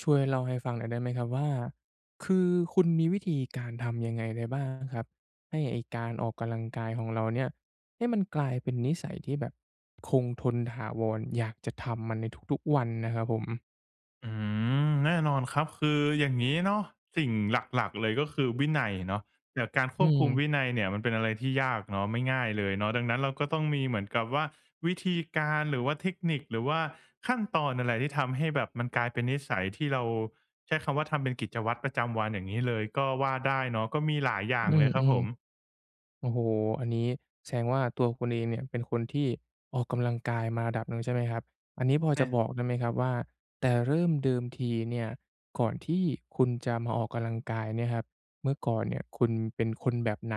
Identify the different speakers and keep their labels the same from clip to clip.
Speaker 1: ช่วยเล่าให้ฟังหน่อยได้ไหมครับว่าคือคุณมีวิธีการทำยังไงได้บ้างครับให้ไอ้การออกกำลังกายของเราเนี่ยให้มันกลายเป็นนิสัยที่แบบคงทนถาวรอยากจะทำมันในทุกๆวันนะครับผม
Speaker 2: อืมแน่นอนครับคืออย่างนี้เนาะสิ่งหลักๆเลยก็คือวินัยเนาะแต่การค
Speaker 1: อื
Speaker 2: วบ
Speaker 1: ม
Speaker 2: คุมวินัยเนี่ยมันเป็นอะไรที่ยากเนาะไม่ง่ายเลยเนาะดังนั้นเราก็ต้องมีเหมือนกับว่าวิธีการหรือว่าเทคนิคหรือว่าขั้นตอนอะไรที่ทำให้แบบมันกลายเป็นนิสัยที่เราใช้คำว่าทำเป็นกิจวัตรประจำวันอย่างงี้เลยก็ว่าได้เนาะก็มีหลายอย่าง
Speaker 1: อื
Speaker 2: เลยครับผ
Speaker 1: ม
Speaker 2: ม
Speaker 1: ๆ โอ้โฮอันนี้แสดงว่าตัวคุณเองเนี่ยเป็นคนที่ออกกำลังกายมาระดับหนึ่งใช่ไหมครับอันนี้พอจะ
Speaker 2: เนี่ย
Speaker 1: บอกได้ไหมครับว่าแต่เริ่มเดิมทีเนี่ยก่อนที่คุณจะมาออกกำลังกายเนี่ยครับเมื่อก่อนเนี่ยคุณเป็นคนแบบไหน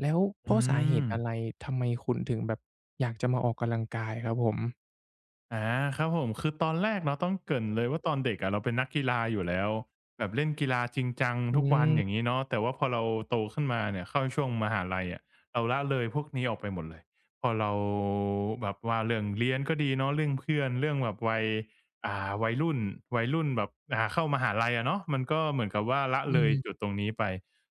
Speaker 1: แล้วเพ
Speaker 2: อื
Speaker 1: ราะสาเหตุ
Speaker 2: ม
Speaker 1: อะไรทำไมคุณถึงแบบอยากจะมาออกกำลังกายครับผม
Speaker 2: อาครับผมคือตอนแรกเนาะต้องเกริ่นเลยว่าตอนเด็กอะเราเป็นนักกีฬาอยู่แล้วแบบเล่นกีฬาจริงจัง
Speaker 1: อื
Speaker 2: ทุกวันอย่าง
Speaker 1: ม
Speaker 2: งี้เนาะแต่ว่าพอเราโตขึ้นมาเนี่ยเข้าช่วงมหาลัยอะเราละเลยพวกนี้ออกไปหมดเลยพอเราแบบว่าเรื่องเรียนก็ดีเนาะเรื่องเพื่อนเรื่องแบบวัยวัยรุ่นวัยรุ่นแบบเข้ามหาลัยอะเนาะมันก็เหมือนกับว่าละ
Speaker 1: อื
Speaker 2: เลยจุด
Speaker 1: ม
Speaker 2: ตรงนี้ไป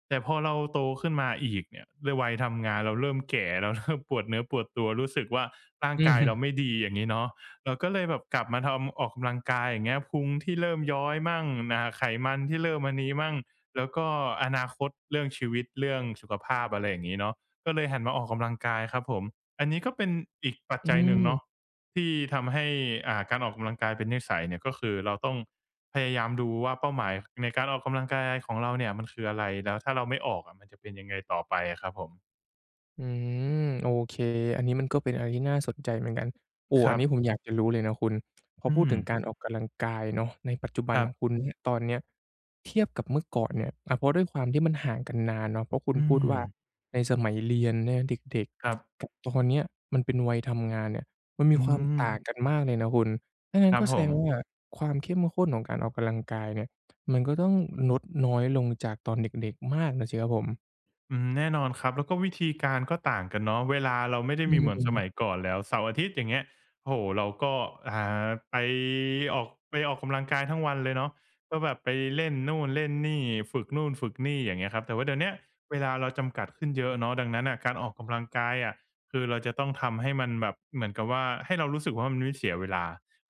Speaker 2: แต่พอเราโตขึ้นมาอีกเนี่ยด้วยวัยทำงานเราเริ่มแก่เรา เริ่มปวดเนื้อปวดตัวรู้สึกว่าร่าง
Speaker 1: อื
Speaker 2: กายเรา
Speaker 1: ม
Speaker 2: ไม่ดีอย่างงี้เนาะ เราก็เลยแบบกลับมาทำออกกำลังกายอย่างเงี้ยพุงที่เริ่มย้อยมั่งไขมันที่เริ่มอันนี้มั่งแล้วก็อนาคตเรื่องชีวิตเรื่องสุขภาพอะไรอย่างงี้เนาะก็เลยหันมาออกกำลังกายครับผมอันนี้ก็เป็นอีกปัจ
Speaker 1: อื
Speaker 2: จัยหนึ่งเนาะ
Speaker 1: ม
Speaker 2: ที่ทำให้การออกกำลังกายเป็นนิสัยเนี่ยก็คือเราต้องพยายามดูว่าเป้าหมายในการออกกำลังกายของเราเนี่ยมันคืออะไรแล้วถ้าเราไม่ออกอะมันจะเป็นยังไงต่อไปอะครับผม
Speaker 1: อืมโอเคอันนี้มันก็เป็นอะไรที่น่าสนใจเหมือนกันโอ้
Speaker 2: ค
Speaker 1: อั
Speaker 2: รั
Speaker 1: นนี้ผม
Speaker 2: บ
Speaker 1: อยากจะรู้เลยนะคุณพอ
Speaker 2: อื
Speaker 1: พูด
Speaker 2: ม
Speaker 1: ถึงการออกกำลังกายเนาะในปัจจุบั
Speaker 2: ค
Speaker 1: น
Speaker 2: รั
Speaker 1: ของคุ
Speaker 2: บ
Speaker 1: ณเนี่ยตอนเนี้ยเทียบกับเมื่อก่อนเนี่ยเพราะด้วยความที่มันห่างกันนานเนาะเพราะคุณ
Speaker 2: อื
Speaker 1: พูด
Speaker 2: ม
Speaker 1: ว่าในสมัยเรียนเนี่ยเด็ก
Speaker 2: ครับ
Speaker 1: ๆกับตอนเนี้ยมันเป็นวัยทำงานเนี่ยมันมี
Speaker 2: อื
Speaker 1: ความ
Speaker 2: ม
Speaker 1: ต่างกันมากเลยนะคุณถ้างั้
Speaker 2: ค
Speaker 1: น
Speaker 2: รั
Speaker 1: ก็
Speaker 2: บ
Speaker 1: แส
Speaker 2: ผ
Speaker 1: ด
Speaker 2: ม
Speaker 1: งว่าความเข้มข้นของการออกกำลังกายเนี่ยมันก็ต้องลดน้อยลงจากตอนเด็กๆมากน่ะสิครับผม
Speaker 2: อืมแน่นอนครับแล้วก็วิธีการก็ต่างกันเนาะเวลาเราไม่ได้
Speaker 1: อื
Speaker 2: มีเหมือนสมัย
Speaker 1: ม
Speaker 2: ก่อนแล้วเสาร์อาทิตย์อย่างเงี้ยโอ้โฮเราก็อ่าไปออกไปออกกำลังกายทั้งวันเลยเนาะก็แบบไปเล่นนู่นเล่นนี่ฝึกนู่นฝึกนี่อย่างเงี้ยครับแต่ว่าเดี๋ยวเนี้ยเวลาเราจำกัดขึ้นเยอะเนาะดังนั้นน่ะการออกกำลังกายอะคือเราจะต้องทำให้มันแบบเหมือนกับว่าให้เรารู้สึกว่ามันไม่เสียเวลา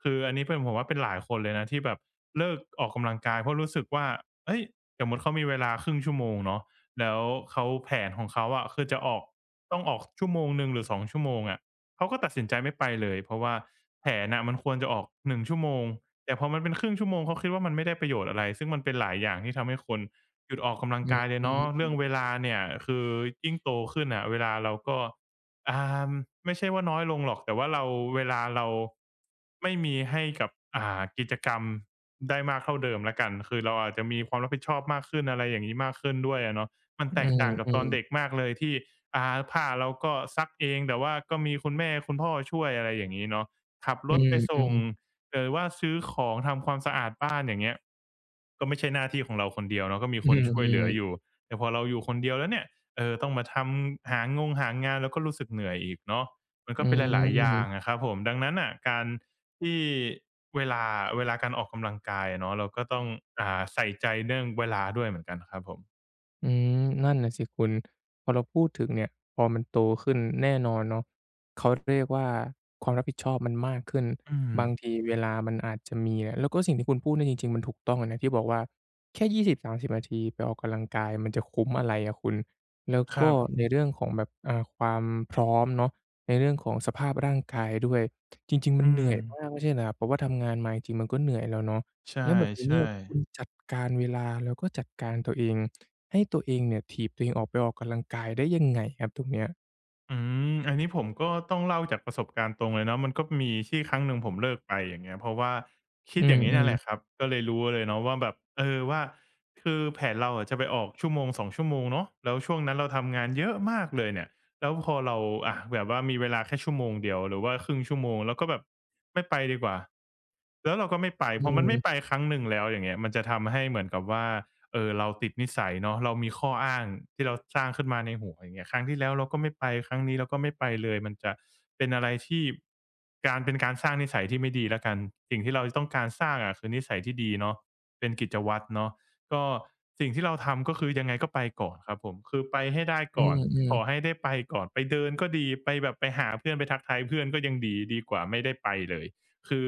Speaker 2: คืออันนี้เป็นผมว่าเป็นหลายคนเลยนะที่แบบเลิกออกกำลังกายเพราะรู้สึกว่าเฮ้ยสมมุติเขามีเวลาครึ่งชั่วโมงเนาะ แล้วเขาแผนของเขาอะคือจะออกต้องออกชั่วโมงหนึ่งหรือสองชั่วโมงอะเขาก็ตัดสินใจไม่ไปเลยเพราะว่าแผนน่ะมันควรจะออกหนึ่งชั่วโมงแต่พอมันเป็นครึ่งชั่วโมงเขาคิดว่ามันไม่ได้ประโยชน์อะไรซึ่งมันเป็นหลายอย่างที่ทำให้คนหยุดออกกำลัง
Speaker 1: อือ
Speaker 2: กายเลยเนาะ
Speaker 1: ฮึ
Speaker 2: เรื่องเวลาเนี่ยคือยิ่งโตขึ้นน่ะเวลาเราก็อ่าไม่ใช่ว่าน้อยลงหรอกแต่ว่าเราเวลาเราไม่มีให้กับกิจกรรมได้มากเท่าเดิมแล้วกันคือเราอาจจะมีความรับผิดชอบมากขึ้นอะไรอย่างงี้มากขึ้นด้วยอะเนาะ มัน
Speaker 1: อื
Speaker 2: แตกต่างกับต
Speaker 1: ม
Speaker 2: อนเด็ก
Speaker 1: ๆ
Speaker 2: มากเลยที่ผ้าเราก็ซักเองแต่ว่าก็มีคุณแม่คุณพ่อช่วยอะไรอย่างงี้เนาะขับร
Speaker 1: อื
Speaker 2: ถไปส่ง
Speaker 1: มๆ
Speaker 2: หรือว่าซื้อของทำความสะอาดบ้านอย่างเงี้ยก็ไม่ใช่หน้าที่ของเราคนเดียวเนาะก็มี
Speaker 1: อื
Speaker 2: คนช่วยเหลือ
Speaker 1: มๆ
Speaker 2: อยู่แต่พอเราอยู่คนเดียวแล้วเนี่ยเออต้องมาทำหางงหางานแล้วก็รู้สึกเหนื่อยอีกเนาะมัน
Speaker 1: อื
Speaker 2: ก็เป็นหลายๆอย่าง
Speaker 1: ม
Speaker 2: อะครับผมดังนั้นน่ะการที่เวลาเวลาการออกกำลังกายอะเนาะเราก็ต้องใส่ใจเรื่องเวลาด้วยเหมือนกันครับผม
Speaker 1: อืมนั่นน่ะสิคุณพอเราพูดถึงเนี่ยพอมันโตขึ้นแน่นอนเนาะเขาเรียกว่าความรับผิดชอบมันมากขึ้น
Speaker 2: อืม
Speaker 1: บางทีเวลามันอาจจะมีเนี่ยแล้วก็สิ่งที่คุณพูดเนี่ยจริงๆมันถูกต้องเลยนะที่บอกว่าแค่20-30นาทีไปออกกำลังกายมันจะคุ้มอะไรอะคุณแล้ว
Speaker 2: ค
Speaker 1: ก็
Speaker 2: รับ
Speaker 1: ในเรื่องของแบบความพร้อมเนาะในเรื่องของสภาพร่างกายด้วยจริงๆมั
Speaker 2: อื
Speaker 1: นเหนื่
Speaker 2: ม
Speaker 1: อยมากไม่ใช่เหรอครับเพราะว่าทำงานมาจริงๆมันก็เหนื่อยแล้วเนาะ
Speaker 2: ใช
Speaker 1: แล้วแบบนี้เนี่
Speaker 2: ่
Speaker 1: ยคุณ
Speaker 2: ๆ
Speaker 1: จัดการเวลาแล้วก็จัดการตัวเอง ให้ตัวเองเนี่ยถีบตัวเองออกไปออกกำลังกายได้ยังไงครับตรงเนี้ย
Speaker 2: อืมอันนี้ผมก็ต้องเล่าจากประสบการณ์ตรงเลยเนาะมันก็มีที่ครั้งหนึ่งผมเลิกไปอย่างเงี้ยเพราะว่าคิ
Speaker 1: อื
Speaker 2: ดอย่างนี้นั่น
Speaker 1: ม
Speaker 2: แหละค
Speaker 1: ๆ
Speaker 2: รับก็เลยรู้เลยเนาะว่าแบบเออว่าคือแผนเราอะจะไปออกชั่วโมง2ชั่วโมงเนาะแล้วช่วงนั้นเราทำงานเยอะมากเลยเนี่ยแล้วพอเราอะแบบว่ามีเวลาแค่ชั่วโมงเดียวหรือว่าครึ่งชั่วโมงเราก็แบบไม่ไปดีกว่าแล้วเราก็ไม่ไป
Speaker 1: อื
Speaker 2: พอมันไม่ไป
Speaker 1: ม
Speaker 2: ครั้งหนึ่งแล้วอย่างเงี้ยมันจะทำให้เหมือนกับว่า เออเราติดนิสัยเนาะเรามีข้ออ้างที่เราสร้างขึ้นมาในหัวอย่างเงี้ยครั้งที่แล้วเราก็ไม่ไปครั้งนี้เราก็ไม่ไปเลยมันจะเป็นอะไรที่การเป็นการสร้างนิสัยที่ไม่ดีแล้วกันสิ่งที่เราต้องการสร้างอะคือนิสัยที่ดีเนาะเป็นกิจวัตรเนาะก็สิ่งที่เราทำก็คือยังไงก็ไปก่อนครับผมคือไปให้ได้
Speaker 1: อื
Speaker 2: ก่อน
Speaker 1: ม
Speaker 2: ขอให้
Speaker 1: ๆ
Speaker 2: ได้ไปก่อนไปเดินก็ดีไปแบบไปหาเพื่อนไปทักทายเพื่อนก็ยังดีดีกว่าไม่ได้ไปเลยคือ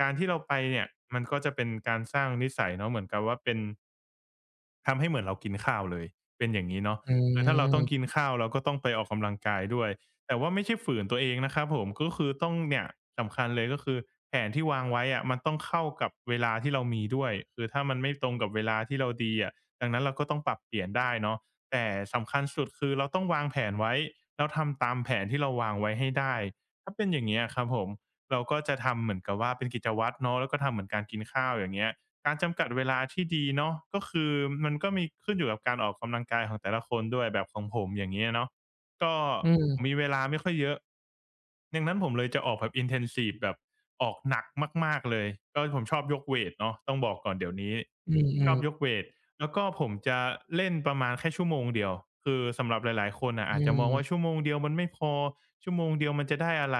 Speaker 2: การที่เราไปเนี่ยมันก็จะเป็นการสร้างนิสัยเนาะเหมือนกับว่าเป็น ทำให้เหมือนเรากินข้าวเลยเป็นอย่างนี้เนาะ
Speaker 1: อื
Speaker 2: คือถ้าเราต้องกิน
Speaker 1: ม
Speaker 2: ข้าวเราก็ต้องไปออกกำลังกายด้วยแต่ว่าไม่ใช่ฝืนตัวเองนะครับผมก็คือต้องเนี่ยสำคัญเลยก็คือแผนที่วางไว้อะมันต้องเข้ากับเวลาที่เรามีด้วยคือถ้ามันไม่ตรงกับเวลาที่เราดีอะดังนั้นเราก็ต้องปรับเปลี่ยนได้เนาะแต่สำคัญสุดคือเราต้องวางแผนไว้แล้วทำตามแผนที่เราวางไว้ให้ได้ถ้าเป็นอย่างเงี้ยอะครับผมเราก็จะทำเหมือนกับว่าเป็นกิจวัตรเนาะแล้วก็ทำเหมือนการกินข้าวอย่างเงี้ย การจำกัดเวลาที่ดีเนาะก็คือมันก็มีขึ้นอยู่กับการออกกำลังกายของแต่ละคนด้วยแบบของผมอย่างงี้เนาะก็
Speaker 1: อื
Speaker 2: ผ
Speaker 1: ม
Speaker 2: มมีเวลาไม่ค่อยเยอะดังนั้นผมเลยจะออกแบบ intensive แบบออกหนักมากๆเลยก็ผมชอบยกเวตเนาะต้องบอกก่อนเดี๋ยวนี้
Speaker 1: อื
Speaker 2: ชอ
Speaker 1: ม
Speaker 2: บย
Speaker 1: ๆ
Speaker 2: กเวต แล้วก็ผมจะเล่นประมาณแค่ชั่วโมงเดียวคือสำหรับหลายๆคนน่ะอา
Speaker 1: อื
Speaker 2: จจะมองว่าชั่วโมงเดียวมันไม่พอ ชั่วโมงเดียวมันจะได้อะไร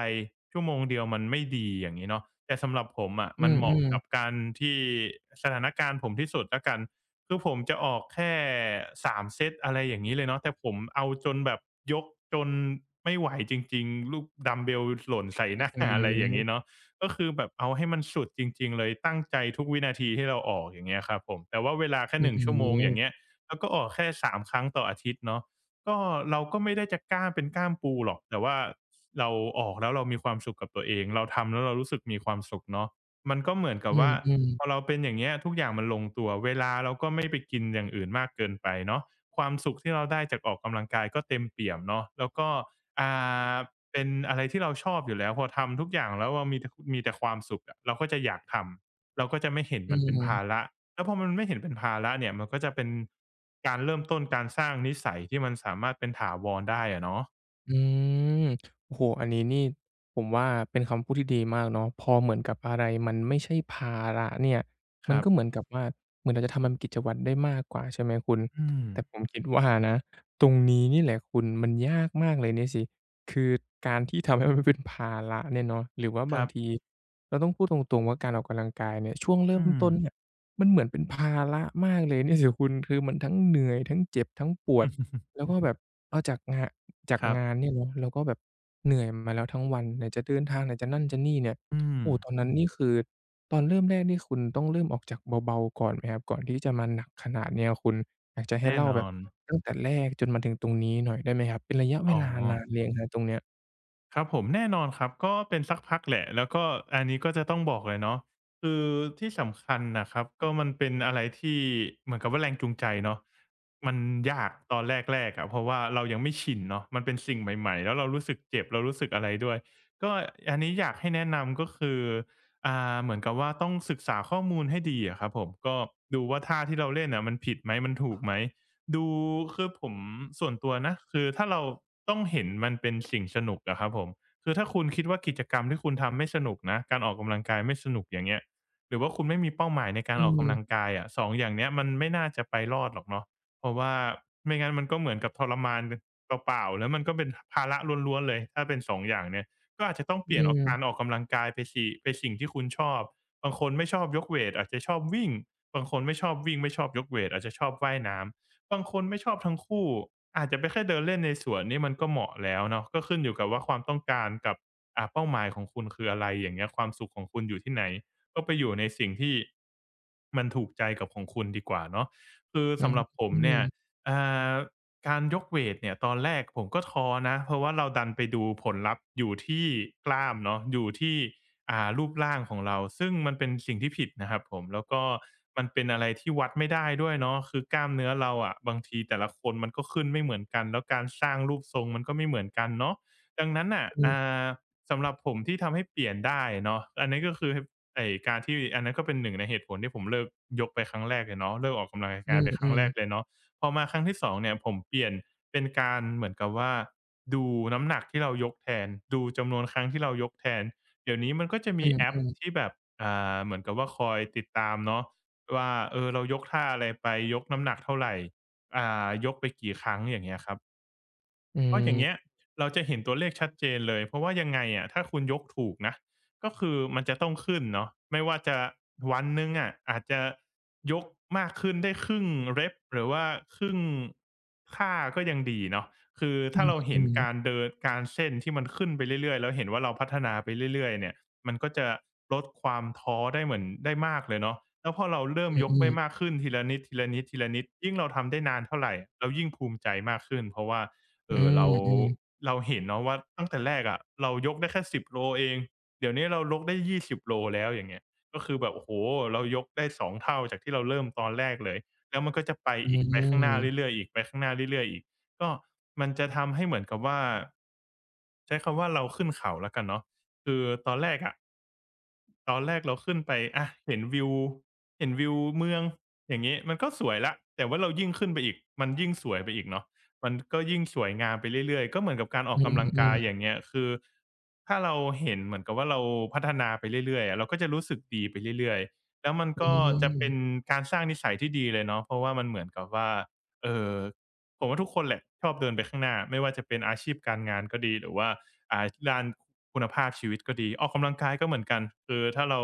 Speaker 2: ชั่วโมงเดียวมันไม่ดีอย่างงี้เนาะแต่สำหรับผมอะ
Speaker 1: มอ
Speaker 2: มันเห
Speaker 1: ื
Speaker 2: มาะ
Speaker 1: มๆ
Speaker 2: กับการที่สถานการณ์ผมที่สุดแล้วกันคือผมจะออกแค่3เซตอะไรอย่างงี้เลยเนาะแต่ผมเอาจนแบบยกจนไม่ไหวจริงๆลูกดัมบ์เบลหล่นใส่ห
Speaker 1: อื้อ
Speaker 2: น้า
Speaker 1: ฮื
Speaker 2: อะไรอย่างงี้
Speaker 1: อ
Speaker 2: เนาะ ก็คือแบบเอาให้มันสุดจริงๆเลยตั้งใจทุกวินาทีที่เราออกอย่างเงี้ยครับผมแต่ว่าเวลาแค่
Speaker 1: อื้
Speaker 2: ห
Speaker 1: อ
Speaker 2: นึ่ง
Speaker 1: ฮื
Speaker 2: ชั่วโมงอย่าง
Speaker 1: อ
Speaker 2: เงี้ยแล้วก็ออกแค่3 ครั้งต่ออาทิตย์เนาะก็เราก็ไม่ได้จะกล้ามเป็นกล้ามปูหรอกแต่ว่าเราออกแล้วเรามีความสุขกับตัวเองเราทำแล้วเรารู้สึกมีความสุขเนาะมันก็เหมือนกับว่า
Speaker 1: อืม
Speaker 2: พอ
Speaker 1: ๆ
Speaker 2: เราเป็นอย่างเงี้ยทุกอย่างมันลงตัวเวลาเราก็ไม่ไปกินอย่างอื่นมากเกินไปเนาะความสุขที่เราได้จากออกกำลังกายก็เต็มเปี่ยมเนาะแล้วก็อ่า เป็นอะไรที่เราชอบอยู่แล้วพอทำทุกอย่างแล้วว่ามีแต่ความสุขอะเราก็จะอยากทำเราก็จะไม่เห็น
Speaker 1: อื
Speaker 2: มันเป็นภา
Speaker 1: ม
Speaker 2: ระแล้วพอมันไม่เห็นเป็นภาระเนี่ยมันก็จะเป็นการเริ่มต้นการสร้างนิสัยที่มันสามารถเป็นถาวรได้อะเนาะ
Speaker 1: อืมโอ้โฮอันนี้นี่ผมว่าเป็นคำพูดที่ดีมากเนาะพอเหมือนกับอะไรมันไม่ใช่ภาระเนี่ย
Speaker 2: ค
Speaker 1: มัน
Speaker 2: รับ
Speaker 1: ก็เหมือนกับว่าเหมือนเราจะทำมันเป็นกิจวัตรได้มากกว่าใช่ไหมคุณ
Speaker 2: อืม
Speaker 1: แต่ผมคิดว่านะตรงนี้นี่แหละคุณมันยากมากเลยเนี่ยสิคือการที่ทำให้มันเป็นภาระเนี่ยเนาะหรือว่า
Speaker 2: ค
Speaker 1: บาง
Speaker 2: รั
Speaker 1: ที
Speaker 2: บ
Speaker 1: เราต้องพูดตรงๆว่าการออกกำลังกายเนี่ยช่วงเริ่
Speaker 2: อื
Speaker 1: ม
Speaker 2: ม
Speaker 1: ต้นเนี่ยมันเหมือนเป็นภาระมากเลยเนี่ยสิคุณคือมันทั้งเหนื่อยทั้งเจ็บทั้งปวด แล้วก็แบบเอาจากงะ จาก
Speaker 2: ครับ
Speaker 1: งานเนี่ยเนาะเราก็แบบเหนื่อยมาแล้วทั้งวันไหนจะเดินทางไหนจะนั่นจะนี่เนี่ย
Speaker 2: อืม
Speaker 1: โอ้ตอนนั้นนี่คือตอนเริ่มแรกนี่คุณต้องเริ่มออกจากเบาๆก่อนไหมครับก่อนที่จะมาหนักขนาดเนี้ยคุณอยากจะให้
Speaker 2: แน่
Speaker 1: เล่า
Speaker 2: น
Speaker 1: แบ
Speaker 2: อ
Speaker 1: บ
Speaker 2: น
Speaker 1: ตั้งแต่แรกจนมาถึงตรงนี้หน่อยได้ไหมครับเป็นระยะเว
Speaker 2: อ๋อ
Speaker 1: ลานานหรือยังครับตรงเนี้ย
Speaker 2: ครับผมแน่นอนครับก็เป็นสักพักแหละแล้วก็อันนี้ก็จะต้องบอกเลยเนาะคือที่สำคัญนะครับก็มันเป็นอะไรที่เหมือนกับว่าแรงจูงใจเนาะมันยากตอนแรกๆอะเพราะว่าเรายังไม่ชินเนาะมันเป็นสิ่งใหม่ๆแล้วเรารู้สึกเจ็บเรารู้สึกอะไรด้วยก็อันนี้อยากให้แนะนำก็คือเหมือนกับว่าต้องศึกษาข้อมูลให้ดีอะครับผมก็ดูว่าท่าที่เราเล่นน่ะมันผิดไหมมันถูกไหม ดูคือผมส่วนตัวนะคือถ้าเราต้องเห็นมันเป็นสิ่งสนุกอะครับผมคือถ้าคุณคิดว่ากิจกรรมที่คุณทำไม่สนุกนะการออกกำลังกายไม่สนุกอย่างเงี้ยหรือว่าคุณไม่มีเป้าหมายในกา
Speaker 1: อื
Speaker 2: รออกกำลัง
Speaker 1: ม
Speaker 2: กายอะสองอย่างเนี้ยมันไม่น่าจะไปรอดหรอกเนาะเพราะว่าไม่งั้นมันก็เหมือนกับทรมานเปล่าๆแล้วมันก็เป็นภาระล้วนๆเลยถ้าเป็น2องอย่างเนี่ยก็อาจจะต้องเป
Speaker 1: อื
Speaker 2: ลี่ยนเอาการออก
Speaker 1: ม
Speaker 2: กำลังกายไปไปสิ่งที่คุณชอบบางคนไม่ชอบยกเวตอาจจะชอบวิ่งบางคนไม่ชอบวิ่งไม่ชอบยกเวตอาจจะชอบว่ายน้ำ บางคนไม่ชอบทั้งคู่อาจจะไปแค่เดินเล่นในสวนนี่มันก็เหมาะแล้วเนาะก็ขึ้นอยู่กับว่าความต้องการกับเป้าหมายของคุณคืออะไรอย่างเงี้ยความสุขของคุณอยู่ที่ไหนก็ไปอยู่ในสิ่งที่มันถูกใจกับของคุณดีกว่าเนาะคือ
Speaker 1: อื
Speaker 2: สำ
Speaker 1: ม
Speaker 2: หรับผม
Speaker 1: อืม
Speaker 2: เนี่ยอ่าการยกเวตเนี่ยตอนแรกผมก็ท้อนะเพราะว่าเราดันไปดูผลลัพธ์อยู่ที่กล้ามเนาะอยู่ที่ รูปร่างของเราซึ่งมันเป็นสิ่งที่ผิดนะครับผมแล้วก็มันเป็นอะไรที่วัดไม่ได้ด้วยเนาะคือกล้ามเนื้อเราอะบางทีแต่ละคนมันก็ขึ้นไม่เหมือนกันแล้วการสร้างรูปทรงมันก็ไม่เหมือนกันเนาะดังนั้นน่ะาสำหรับผมที่ทำให้เปลี่ยนได้เนาะอันนี้ก็คือไอ้การที่อันนั้นก็เป็นหนึ่งในเหตุผลที่ผมเลิกยกไปครั้งแรกเลยเนาะเลิกออกกำลัง
Speaker 1: อื
Speaker 2: กาย
Speaker 1: ม
Speaker 2: ไปค
Speaker 1: อื
Speaker 2: รั้ง
Speaker 1: ม
Speaker 2: แรกเลยเนาะพอมาครั้งที่สองเนี่ยผมเปลี่ยนเป็นการเหมือนกับว่าดูน้ำหนักที่เรายกแทนดูจำนวนครั้งที่เรายกแทน เดี๋ยวนี้มันก็จะ
Speaker 1: อื
Speaker 2: มี
Speaker 1: ม
Speaker 2: แอ
Speaker 1: อ
Speaker 2: ปที่แบบอ่เหมือนกับว่าคอยติดตามเนาะว่าเออเรายกท่าอะไรไปยกน้ำหนักเท่าไรยกไปกี่ครั้งอย่างเงี้ยครับ
Speaker 1: ื
Speaker 2: ก็อย่างเงี้ย
Speaker 1: ม
Speaker 2: เราจะเห็นตัวเลขชัดเจนเลย เพราะว่ายังไงอะถ้าคุณยกถูกนะก็คือมันจะต้องขึ้นเนาะไม่ว่าจะวันหนึ่งอะอาจจะยกมากขึ้นได้ครึ่งเร p หรือว่าครึ่งค่าก็ยังดีเนาะคือ
Speaker 1: อื
Speaker 2: ถ้า
Speaker 1: ม
Speaker 2: เรา
Speaker 1: อื
Speaker 2: เห็นการ
Speaker 1: ม
Speaker 2: เดินการเส้นที่มันขึ้นไปเรื่อยๆแล้วเห็นว่าเราพัฒนาไปเรื่อยๆเนี่ยมันก็จะลดความท้อได้เหมือนได้มากเลยเนาะแล้วพอเราเริ่ม
Speaker 1: อื
Speaker 2: ยกได
Speaker 1: ม
Speaker 2: มากขึ้นทีละนิดทีละนิดทีละนิดยิ่งเราทำได้นานเท่าไหร่เรายิ่งภูมิใจมากขึ้นเพราะว่า
Speaker 1: อื
Speaker 2: เรา
Speaker 1: ม
Speaker 2: เห็นเนาะว่าตั้งแต่แรกอะเรายกได้แค่10โลเองเดี๋ยวนี้เรายกได้20โลแล้วอย่างเงี้ยก็คือแบบโอ้โฮเรายกได้2เท่าจากที่เราเริ่มตอนแรกเลยแล้วมันก็จะไป
Speaker 1: อื
Speaker 2: อีก
Speaker 1: อ
Speaker 2: ไป
Speaker 1: อื
Speaker 2: ข้างหน้า
Speaker 1: อ
Speaker 2: เรื่อยๆอีกไปข้างหน้าเรื่อยๆอีกก็มันจะทำให้เหมือนกับว่าใช้คำว่าเราขึ้นเขาแล้วกันเนาะคือตอนแรกอะ ตอนแรกเราขึ้นไปอะเห็นวิวเห็นวิวเมืองอย่างงี้มันก็สวยแล้วแต่ว่าเรายิ่งขึ้นไปอีกมันยิ่งสวยไปอีกเนาะมันก็ยิ่งสวยงามไปเรื่อยๆก็เหมือนกับการออ
Speaker 1: อื
Speaker 2: ก
Speaker 1: ม
Speaker 2: กำลัง
Speaker 1: อืมอื
Speaker 2: กายอย่า
Speaker 1: ม
Speaker 2: งเงี้ยคือถ้าเราเห็นเหมือนกับว่าเราพัฒนาไปเรื่อยๆอะเราก็จะรู้สึกดีไปเรื่อยๆแล้วมัน
Speaker 1: อื
Speaker 2: ก็
Speaker 1: มอื
Speaker 2: จะเป็น
Speaker 1: ม
Speaker 2: การสร้างนิสัยที่ดีเลยเนาะเพราะว่ามันเหมือนกับว่าเอ่อ ผมว่าทุกคนแหละชอบเดินไปข้างหน้าไม่ว่าจะเป็นอาชีพการงานก็ดีหรือว่าด้านคุณภาพชีวิตก็ดีออกกำลังกายก็เหมือนกันคือถ้าเรา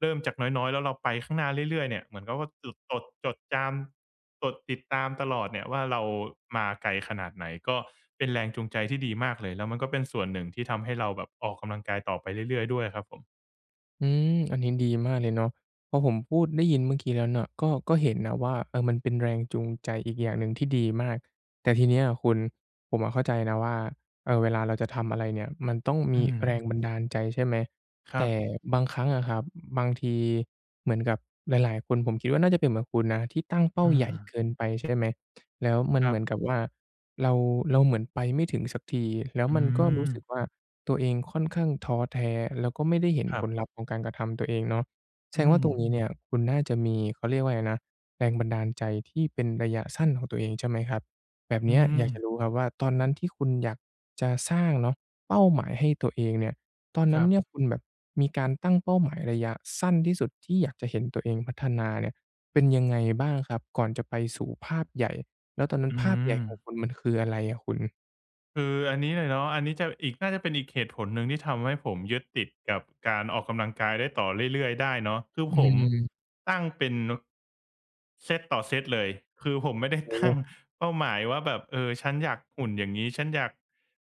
Speaker 2: เริ่มจากน้อยๆแล้วเราไปข้างหน้าเรื่อยๆเนี่ยเหมือนกับว่าจุดจดจดจำจดติดตามตลอดเนี่ยว่าเรามาไกลขนาดไหนก็เป็นแรงจูงใจที่ดีมากเลยแล้วมันก็เป็นส่วนหนึ่งที่ทำให้เราแบบออกกำลังกายต่อไปเรื่อยๆด้วยครับผม
Speaker 1: อืมอันนี้ดีมากเลยเนาะพอผมพูดได้ยินเมื่อกี้แล้วเนาะก็ก็เห็นนะว่าเออมันเป็นแรงจูงใจอีกอย่างหนึ่งที่ดีมากแต่ทีเนี้ยอะคุณผมอะเข้าใจนะว่าเออเวลาเราจะทำอะไรเนี่ยมันต้องมี
Speaker 2: อืม
Speaker 1: แรงบันดาลใจใช่ไหม
Speaker 2: ค
Speaker 1: แต่
Speaker 2: รับ
Speaker 1: บางครั้งอะครับบางทีเหมือนกับหลายๆคนผมคิดว่าน่าจะเป็นเหมือนคุณนะที่ตั้ง
Speaker 2: เอ
Speaker 1: เป้าใหญ่
Speaker 2: อ
Speaker 1: เกินไปใช่ไหมแล้วมัน
Speaker 2: ค
Speaker 1: เห
Speaker 2: รั
Speaker 1: มือนกับ
Speaker 2: บ
Speaker 1: ว่าเราเหมือนไปไม่ถึงสักทีแล้ว
Speaker 2: อื
Speaker 1: มันก็รู้
Speaker 2: ม
Speaker 1: สึกว่า ตัวเองค่อนข้างท้อแท้แล้วก็ไม่ได้เห็น
Speaker 2: ครั
Speaker 1: ผ
Speaker 2: บ
Speaker 1: ลลัพธ์ของการกระทำตัวเองเนาะแสด
Speaker 2: อื
Speaker 1: งว่า
Speaker 2: ม
Speaker 1: ตรงนี้เนี่ยคุณน่าจะมีเขาเรียกว่าไรนะแรงบันดาลใจที่เป็นระยะสั้นของตัวเองใช่ไหมครับแบบ
Speaker 2: อื
Speaker 1: เนี้ยอ
Speaker 2: ม
Speaker 1: ยากจะรู้ครับว่าตอนนั้นที่คุณอยากจะสร้างเนาะเป้าหมายให้ตัวเองเนี่ยตอน
Speaker 2: ค
Speaker 1: นั้น
Speaker 2: รั
Speaker 1: เนี่ย
Speaker 2: บ
Speaker 1: คุณแบบมีการตั้งเป้าหมายระยะสั้นที่สุดที่อยากจะเห็นตัวเองพัฒนาเนี่ยเป็นยังไงบ้างครับก่อนจะไปสู่ภาพใหญ่แล้วตอนนั้น
Speaker 2: อื
Speaker 1: ภาพใหญ่
Speaker 2: ม
Speaker 1: ของคุณมันคืออะไรอะคุณ
Speaker 2: คืออันนี้เลยเนาะอันนี้จะอีกน่าจะเป็นอีกเหตุผลหนึ่งที่ทำให้ผมยึดติดกับการออกกำลังกายได้ต่อเรื่อยๆได้เนาะคือ
Speaker 1: อื
Speaker 2: ผม
Speaker 1: ม
Speaker 2: ตั้งเป็นเซตต่อเซตเลยคือผมไม่ได้
Speaker 1: โอ้โฮ
Speaker 2: ตั้งเป้าหมายว่าแบบเออฉันอยากหุ่นอย่างงี้ฉันอยาก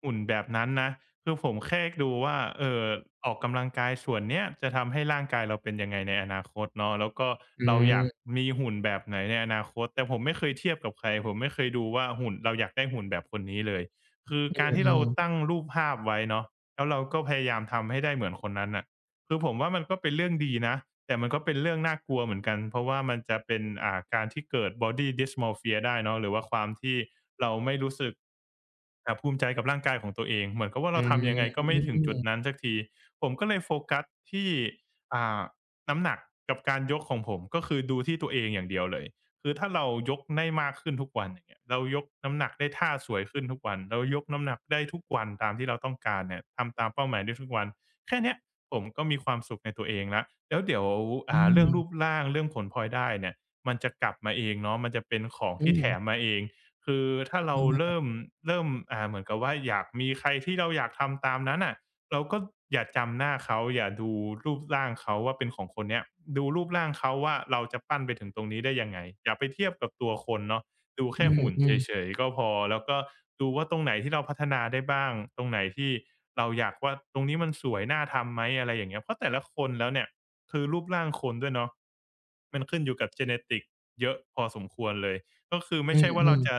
Speaker 2: หุ่นแบบนั้นนะคือผมแค่ดูว่าออกกำลังกายส่วนเนี้ยจะทำให้ร่างกายเราเป็นยังไงในอนาคตเนาะแล้วก็
Speaker 1: อื
Speaker 2: เราอ
Speaker 1: ม
Speaker 2: ยากมีหุ่นแบบไหนในอนาคตแต่ผมไม่เคยเทียบกับใครผมไม่เคยดูว่าหุ่นเราอยากได้หุ่นแบบคนนี้เลย คือการที่
Speaker 1: อื
Speaker 2: เรา
Speaker 1: ม
Speaker 2: ตั้งรูปภาพไว้เนาะแล้วเราก็พยายามทำให้ได้เหมือนคนนั้นน่ะคือผมว่ามันก็เป็นเรื่องดีนะแต่มันก็เป็นเรื่องน่ากลัวเหมือนกันเพราะว่ามันจะเป็นการที่เกิด body dysmorphia ได้เนาะหรือว่าความที่เราไม่รู้สึกภูมิใจกับร่างกายของตัวเองเหมือนกับว่า
Speaker 1: อื
Speaker 2: เราทำ
Speaker 1: ม
Speaker 2: ยังไงก็ไม่
Speaker 1: อื
Speaker 2: ถึง
Speaker 1: ม
Speaker 2: จุดนั้นสักทีผมก็เลยโฟกัสที่อ่าน้ำหนักกับการยกของผมก็คือดูที่ตัวเองอย่างเดียวเลย คือถ้าเรายกได้มากขึ้นทุกวันอย่างเงี้ยเรายกน้ำหนักได้ท่าสวยขึ้นทุกวันเรายกน้ำหนักได้ทุกวันตามที่เราต้องการเนี่ยทำตามเป้าหมายได้ทุกวันแค่เนี้ยผมก็มีความสุขในตัวเองแล้วแล้วเดี๋ยวเรื่องรูปร่างเรื่องผลพลอยได้เนี่ยมันจะกลับมาเองเนาะมันจะเป็นของ
Speaker 1: อื
Speaker 2: ที่แถ
Speaker 1: ม
Speaker 2: มมาเองคือถ้า
Speaker 1: อ
Speaker 2: เราเริ่
Speaker 1: า
Speaker 2: มเริ่มเหมือนกับว่าอยากมีใครที่เราอยากทำตามนั้นน่ะ เราก็อย่าจำหน้าเขาอย่าดูรูปร่างเขาว่าเป็นของคนเนี้ยดูรูปร่างเขาว่าเราจะปั้นไปถึงตรงนี้ได้ยังไงอย่าไปเทียบกับตัวคนเนาะดู
Speaker 1: อื
Speaker 2: แค่
Speaker 1: ม
Speaker 2: หุ่น
Speaker 1: อื
Speaker 2: เ
Speaker 1: ม
Speaker 2: ฉยๆก็พอแล้วก็ดูว่าตรงไหนที่เราพัฒนาได้บ้างตรงไหนที่เราอยากว่าตรงนี้มันสวยน่าทำไหมอะไรอย่างเงี้ยเพราะแต่ละคนแล้วเนี่ยคือรูปร่างคนด้วยเนาะมันขึ้นอยู่กับ Genetic เยอะพอสมควรเลยก็คือ
Speaker 1: อื
Speaker 2: ไม่
Speaker 1: ม
Speaker 2: ใช่ว่า
Speaker 1: อื
Speaker 2: เรา
Speaker 1: ม
Speaker 2: จะ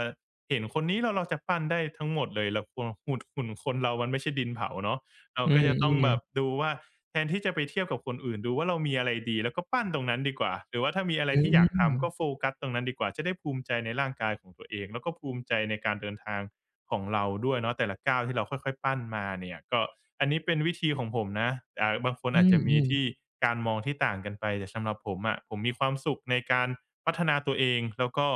Speaker 2: เห็นคนนี้แล้วเราจะปั้นได้ทั้งหมดเลยเราควรหุ่นคนเรามันไม่ใช่ดินเผาเนาะ เรา
Speaker 1: อื
Speaker 2: ก็
Speaker 1: ม
Speaker 2: จะ
Speaker 1: อื
Speaker 2: ต้องแบบ
Speaker 1: ม
Speaker 2: ดูว่าแทนที่จะไปเทียบกับคนอื่นดูว่าเรามีอะไรดีแล้วก็ปั้นตรงนั้นดีกว่าหรือว่าถ้ามีอะไร
Speaker 1: อื
Speaker 2: ที่อยากทำก็โฟ
Speaker 1: ม
Speaker 2: กัสตรงนั้นดีกว่าจะได้ภูมิใจในร่างกายของตัวเองแล้วก็ภูมิใจในการเดินทางของเราด้วยเนาะแต่ละก้าวที่เราค่อยๆปั้นมาเนี่ยก็อันนี้เป็นวิธีของผมนะบางคน
Speaker 1: อื
Speaker 2: อาจ
Speaker 1: ม
Speaker 2: จะมี
Speaker 1: อืม
Speaker 2: ที่การมองที่ต่างกันไปแต่สำหรับผมอะผมมีความสุขในการพัฒนาตัวเองแล้วก็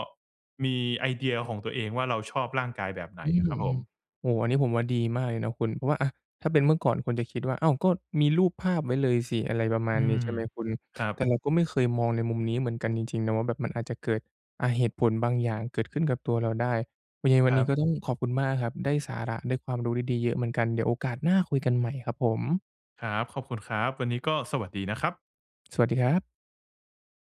Speaker 2: มีไอเดียของตัวเองว่าเราชอบร่างกายแบบไหน
Speaker 1: อืม
Speaker 2: อะครับผ
Speaker 1: อื
Speaker 2: ม
Speaker 1: มโอ้โฮอันนี้ผมว่าดีมากเลยนะคุณเพราะว่าอะถ้าเป็นเมื่อก่อนคนจะคิดว่าอ้าวก็มีรูปภาพไว้เลยสิอะไรประมาณ
Speaker 2: อื
Speaker 1: นี้
Speaker 2: ม
Speaker 1: ใช่ไหมคุณ
Speaker 2: ครับ
Speaker 1: แต่เราก็ไม่เคยมองในมุมนี้เหมือนกันจริงๆนะว่าแบบมันอาจจะเกิดเหตุผลบางอย่างเกิดขึ้นกับตัวเราได้ยังไงวั
Speaker 2: ค
Speaker 1: น
Speaker 2: รั
Speaker 1: นี้ก็
Speaker 2: บ
Speaker 1: ต้องขอบคุณมากครับได้สาระได้ความรู้ดีๆเยอะเหมือนกันเดี๋ยวโอกาสหน้าคุยกันใหม่ครับผม
Speaker 2: ครับ ขอบคุณครับ วันนี้ก็สวัสดีนะครับ
Speaker 1: สวัสดีครับ